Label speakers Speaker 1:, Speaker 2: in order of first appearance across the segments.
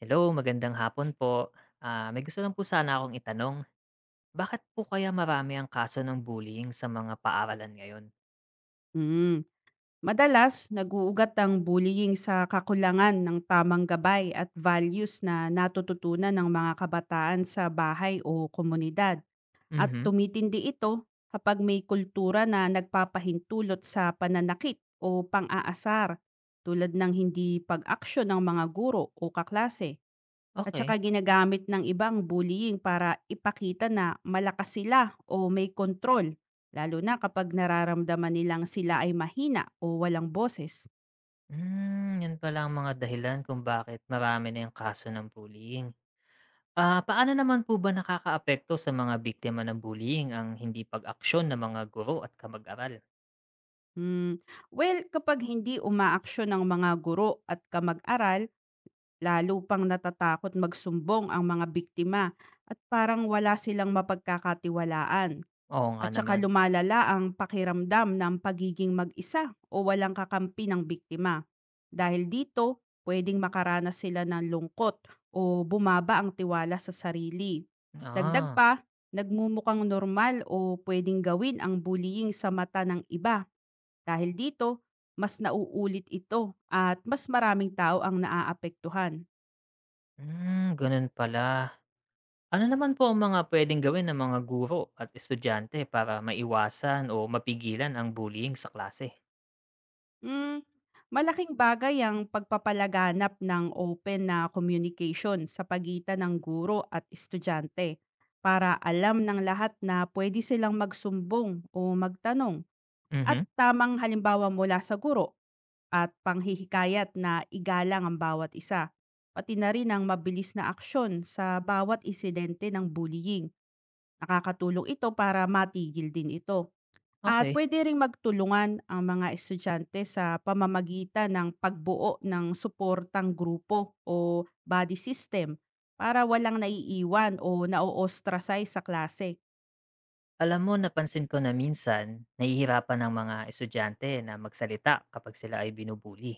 Speaker 1: Hello, magandang hapon po. May gusto lang po sana akong itanong. Bakit po kaya marami ang kaso ng bullying sa mga paaralan ngayon?
Speaker 2: Hmm. Madalas, nag ang bullying sa kakulangan ng tamang gabay at values na natututunan ng mga kabataan sa bahay o komunidad. At
Speaker 1: Mhm.
Speaker 2: tumitindi ito kapag may kultura na nagpapahintulot sa pananakit o pang-aasar tulad ng hindi pag-aksyon ng mga guro o kaklase. At saka
Speaker 1: Okay.
Speaker 2: ginagamit ng ibang ang bullying para ipakita na malakas sila o may kontrol, lalo na kapag nararamdaman nilang sila ay mahina o walang boses.
Speaker 1: Yan pala ang mga dahilan kung bakit marami na yung kaso ng bullying. Paano naman po ba nakakaapekto sa mga biktima ng bullying ang hindi pag-aksyon ng mga guro at kamag-aral?
Speaker 2: Hmm. Well, kapag hindi umaaksyon ng mga guro at kamag-aral, lalo pang natatakot magsumbong ang mga biktima at parang wala silang mapagkakatiwalaan.
Speaker 1: Oo nga
Speaker 2: At saka
Speaker 1: naman.
Speaker 2: lumalala ang pakiramdam ng pagiging mag-isa o walang kakampi ng biktima. Dahil dito, pwedeng makaranas sila ng lungkot o bumaba ang tiwala sa sarili. Dagdag
Speaker 1: Ah,
Speaker 2: pa, nagmumukhang normal o pwedeng gawin ang bullying sa mata ng iba. Dahil dito, mas nauulit ito at mas maraming tao ang naaapektuhan.
Speaker 1: Ganun pala. Ano naman po ang mga pwedeng gawin ng mga guro at estudyante para maiwasan o mapigilan ang bullying sa klase?
Speaker 2: Hmm, Malaking bagay ang pagpapalaganap ng open na communication sa pagitan ng guro at estudyante para alam ng lahat na pwede silang magsumbong o magtanong at
Speaker 1: Mhm,
Speaker 2: tamang halimbawa mula sa guro at panghihikayat na igalang ang bawat isa. Pati na rin ang mabilis na aksyon sa bawat insidente ng bullying. Nakakatulong ito para matigil din ito. At
Speaker 1: okey.
Speaker 2: puwede ring magtulungan ang mga estudyante sa pamamagitan ng pagbuo ng suportang grupo o body system para walang naiiwan o na ostracize sa klase.
Speaker 1: Alam mo, napansin ko na minsan nahihirapan ng mga estudyante na magsalita kapag sila ay binubuli.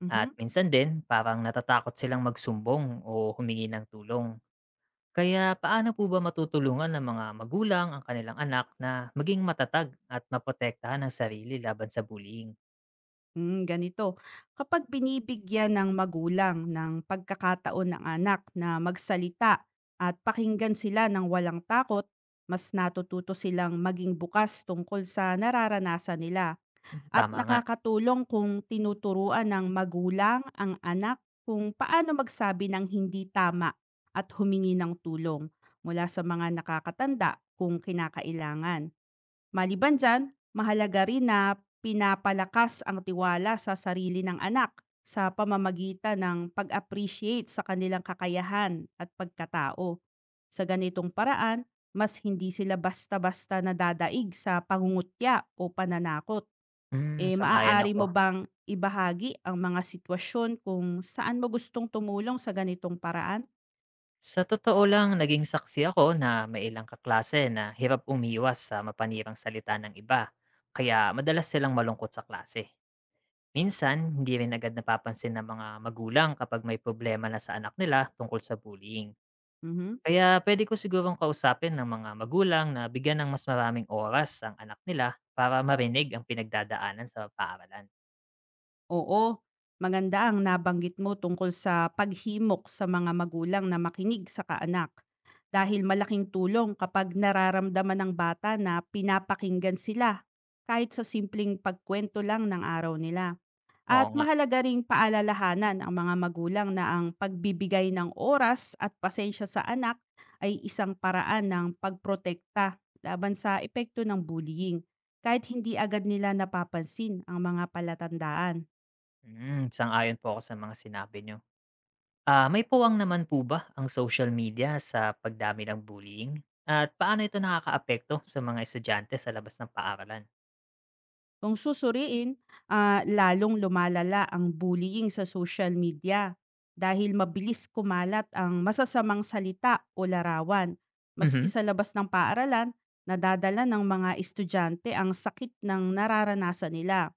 Speaker 2: Mhm.
Speaker 1: At minsan din parang natatakot silang magsumbong o humingi ng tulong. Kaya paano po ba matutulungan ng mga magulang ang kanilang anak na maging matatag at maprotektahan ang sarili laban sa bullying?
Speaker 2: Ganito. Kapag binibigyan ng magulang ng pagkakataon ng anak na magsalita at pakinggan sila ng walang takot, mas natututo silang maging bukas tungkol sa nararanasan nila. At
Speaker 1: Tama nga.
Speaker 2: nakakatulong kung tinuturuan ng magulang ang anak kung paano magsabi ng hindi tama at humingi ng tulong mula sa mga nakakatanda kung kinakailangan. Maliban dyan, mahalaga rin na pinapalakas ang tiwala sa sarili ng anak sa pamamagitan ng pag-appreciate sa kanilang kakayahan at pagkatao. Sa ganitong paraan, mas hindi sila basta-basta nadadaig sa pangungutya o pananakot. Eh,
Speaker 1: Sang-ayon
Speaker 2: maaari
Speaker 1: ako.
Speaker 2: mo bang ibahagi ang mga sitwasyon kung saan mo gustong tumulong sa ganitong paraan?
Speaker 1: Sa totoo lang, naging saksi ako na may ilang kaklase na hirap umiwas sa mapanirang salita ng iba, kaya madalas silang malungkot sa klase. Minsan, hindi rin agad napapansin ng mga magulang kapag may problema na sa anak nila tungkol sa bullying.
Speaker 2: Mhm.
Speaker 1: Kaya pwede ko sigurong kausapin ng mga magulang na bigyan ng mas maraming oras ang anak nila para marinig ang pinagdadaanan sa paaralan.
Speaker 2: Oo, maganda ang nabanggit mo tungkol sa paghimok sa mga magulang na makinig sa kaanak. Dahil malaking tulong kapag nararamdaman ng bata na pinapakinggan sila kahit sa simpleng pagkwento lang ng araw nila.
Speaker 1: Oo
Speaker 2: At
Speaker 1: nga,
Speaker 2: mahalaga ring paalalahanan ang mga magulang na ang pagbibigay ng oras at pasensya sa anak ay isang paraan ng pagprotekta laban sa epekto ng bullying kahit hindi agad nila napapansin ang mga palatandaan.
Speaker 1: sang-ayon po ako sa mga sinabi nyo. May puwang naman po ba ang social media sa pagdami ng bullying? At paano ito nakakaapekto sa mga estudyante sa labas ng paaralan?
Speaker 2: Kung susuriin, lalong lumalala ang bullying sa social media dahil mabilis kumalat ang masasamang salita o larawan. Maski
Speaker 1: Mhm,
Speaker 2: sa labas ng paaralan, nadadala ng mga estudyante ang sakit ng nararanasan nila.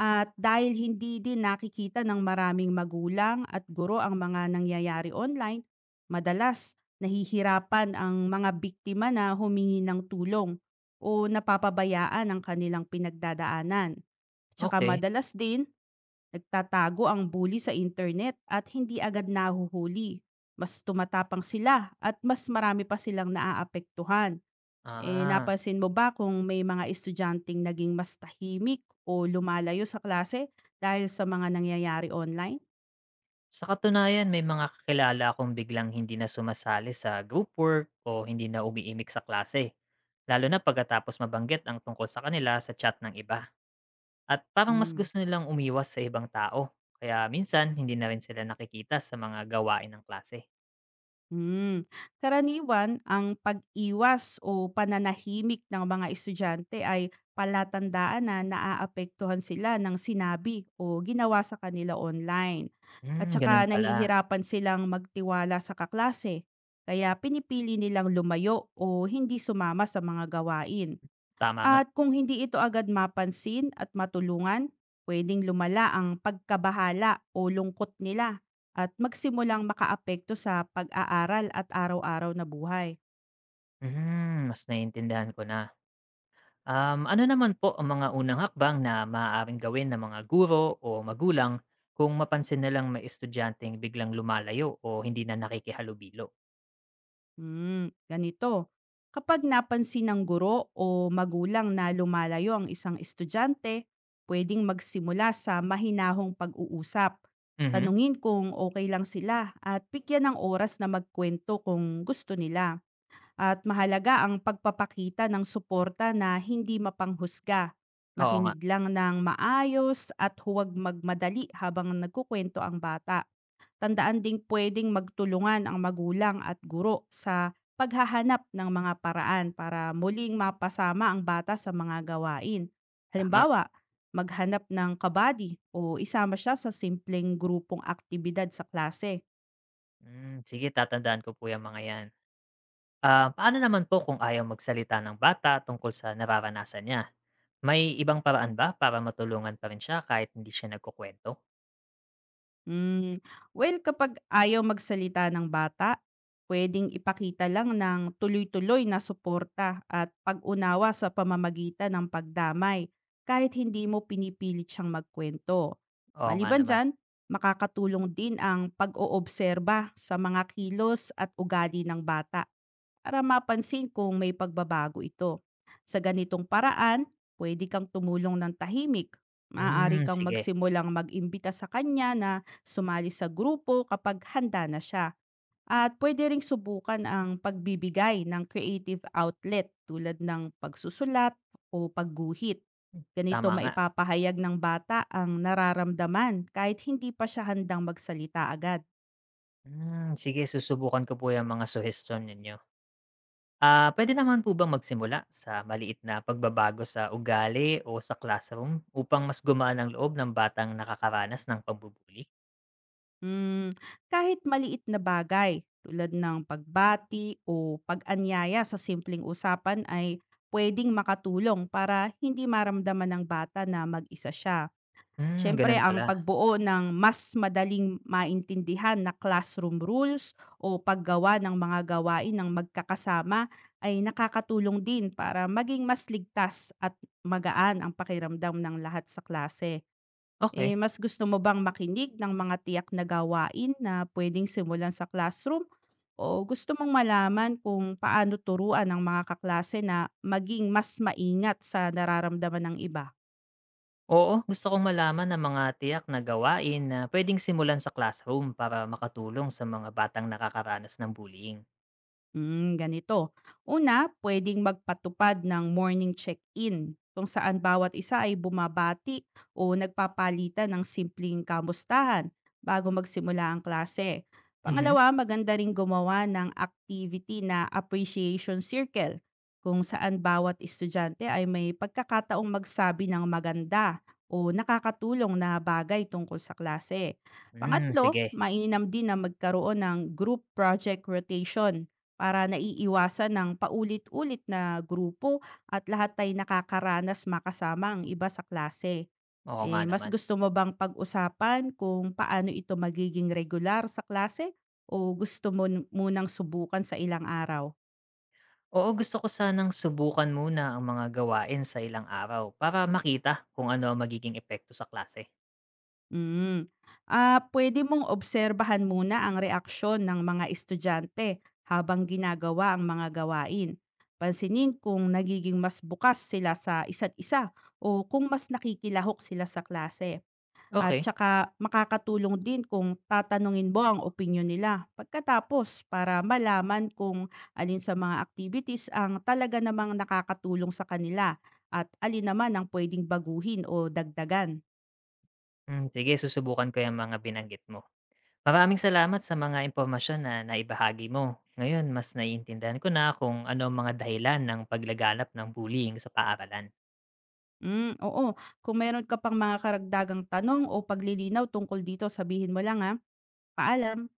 Speaker 2: At dahil hindi din nakikita ng maraming magulang at guro ang mga nangyayari online, madalas nahihirapan ang mga biktima na humingi ng tulong o napapabayaan ang kanilang pinagdadaanan. Tsaka
Speaker 1: okey.
Speaker 2: madalas din, nagtatago ang bully sa internet at hindi agad nahuhuli. Mas tumatapang sila at mas marami pa silang naaapektuhan. Eh,
Speaker 1: Ah,
Speaker 2: napansin mo ba kung may mga estudyanteng naging mas tahimik o lumalayo sa klase dahil sa mga nangyayari online?
Speaker 1: sa katunayan may mga kakilala akong biglang hindi na sumasali sa group work o hindi na umiimik sa klase, lalo na pagkatapos mabanggit ang tungkol sa kanila sa chat ng iba. At parang mas
Speaker 2: Hmm.
Speaker 1: gusto nilang umiwas sa ibang tao, kaya minsan hindi na rin sila nakikita sa mga gawain ng klase.
Speaker 2: Hmm. Karaniwan, ang pag-iwas o pananahimik ng mga estudyante ay palatandaan na naaapektuhan sila ng sinabi o ginawa sa kanila online. At saka
Speaker 1: Ganun pala,
Speaker 2: nahihirapan silang magtiwala sa kaklase, kaya pinipili nilang lumayo o hindi sumama sa mga gawain.
Speaker 1: tama nga.
Speaker 2: At kung hindi ito agad mapansin at matulungan, pwedeng lumala ang pagkabahala o lungkot nila at magsimulang makaapekto sa pag-aaral at araw-araw na buhay.
Speaker 1: Mas naiintindihan ko na. Ano naman po ang mga unang hakbang na maaaring gawin ng mga guro o magulang kung mapansin nilang may estudyanteng biglang lumalayo o hindi na nakikihalubilo?
Speaker 2: Ganito. Kapag napansin ng guro o magulang na lumalayo ang isang estudyante, pwedeng magsimula sa mahinahong pag-uusap.
Speaker 1: Mhm.
Speaker 2: Tanungin kung okay lang sila at bigyan ng oras na magkwento kung gusto nila. At mahalaga ang pagpapakita ng suporta na hindi mapanghusga.
Speaker 1: Oo nga,
Speaker 2: Makinig lang ng maayos at huwag magmadali habang nagkukwento ang bata. Tandaan ding pwedeng magtulungan ang magulang at guro sa paghahanap ng mga paraan para muling mapasama ang bata sa mga gawain.
Speaker 1: tama.
Speaker 2: Halimbawa, maghanap ng kabady o isama siya sa simpleng grupong aktibidad sa klase.
Speaker 1: Sige, tatandaan ko po yung mga yan. Paano naman po kung ayaw magsalita ng bata tungkol sa nararanasan niya? May ibang paraan ba para matulungan pa rin siya kahit hindi siya nagkukwento?
Speaker 2: Hmm, well, kapag ayaw magsalita ng bata, puwedeng ipakita lang ng tuloy-tuloy na suporta at pag-unawa sa pamamagitan ng pagdamay kahit hindi mo pinipilit siyang magkuwento.
Speaker 1: Oo nga
Speaker 2: Maliban
Speaker 1: naman.
Speaker 2: diyan, makakatulong din ang pag-oobserba sa mga kilos at ugali ng bata para mapansin kung may pagbabago ito. Sa ganitong paraan, pwede kang tumulong ng tahimik. Maaari kang
Speaker 1: Sige,
Speaker 2: magsimulang mag-imbita sa kanya na sumali sa grupo kapag handa na siya. At pwede ring subukan ang pagbibigay ng creative outlet tulad ng pagsusulat o pagguhit. Ganito
Speaker 1: tama nga.
Speaker 2: maipapahayag ng bata ang nararamdaman kahit hindi pa siya handang magsalita agad.
Speaker 1: Sige, susubukan ko po yung mga suhestiyon ninyo. Pwede naman po bang magsimula sa maliit na pagbabago sa ugali o sa classroom upang mas gumaan ang loob ng batang nakakaranas ng pambu.
Speaker 2: Hmm, Kahit maliit na bagay tulad ng pagbati o pag-anyaya sa simpleng usapan ay pwedeng makatulong para hindi maramdaman ng bata na mag-isa siya. At syempre,
Speaker 1: Gano'n
Speaker 2: ang
Speaker 1: pala.
Speaker 2: pagbuo ng mas madaling maintindihan na classroom rules o paggawa ng mga gawain ng magkakasama ay nakakatulong din para maging mas ligtas at magaan ang pakiramdam ng lahat sa klase. Eh,
Speaker 1: Okay.
Speaker 2: mas gusto mo bang makinig ng mga tiyak na gawain na pwedeng simulan sa classroom? O gusto mong malaman kung paano turuan ng mga kaklase na maging mas maingat sa nararamdaman ng iba?
Speaker 1: Oo, gusto kong malaman ang mga tiyak na gawain na puwedeng simulan sa classroom para makatulong sa mga batang nakakaranas ng bullying.
Speaker 2: Ganito. Una, pwedeng magpatupad ng morning check-in kung saan bawat isa ay bumabati o nagpapalitan ng simpleng kamustahan bago magsimula ang klase.
Speaker 1: Mhm.
Speaker 2: Pangalawa, maganda ring gumawa ng activity na appreciation circle kung saan bawat estudyante ay may pagkakataong magsabi ng maganda o nakakatulong na bagay tungkol sa klase. Pangatlo,
Speaker 1: Sige.
Speaker 2: mainam din na magkaroon ng group project rotation para naiiwasan ng paulit-ulit na grupo at lahat ay nakakaranas makasama ang iba sa klase.
Speaker 1: Oo nga
Speaker 2: Eh, mas
Speaker 1: naman.
Speaker 2: gusto mo bang pag-usapan kung paano ito magiging regular sa klase o gusto mo munang subukan sa ilang araw?
Speaker 1: Oo, gusto ko sanang subukan muna ang mga gawain sa ilang araw para makita kung ano ang magiging epekto sa klase.
Speaker 2: Mm. Ah, pwede mong obserbahan muna ang reaksyon ng mga estudyante habang ginagawa ang mga gawain. Pansinin kung nagiging mas bukas sila sa isa't isa o kung mas nakikilahok sila sa klase. At
Speaker 1: Okay.
Speaker 2: saka makakatulong din kung tatanungin mo ang opinyon nila pagkatapos para malaman kung alin sa mga activities ang talaga namang nakakatulong sa kanila at alin naman ang pwedeng baguhin o dagdagan.
Speaker 1: Sige, susubukan ko yung mga binanggit mo. Maraming salamat sa mga impormasyon na naibahagi mo. Ngayon, mas naiintindihan ko na kung ano ang mga dahilan ng paglaganap ng bullying sa paaralan.
Speaker 2: Mm, oo. Kung meron ka pang mga karagdagang tanong o paglilinaw tungkol dito, sabihin mo lang ha. Paalam!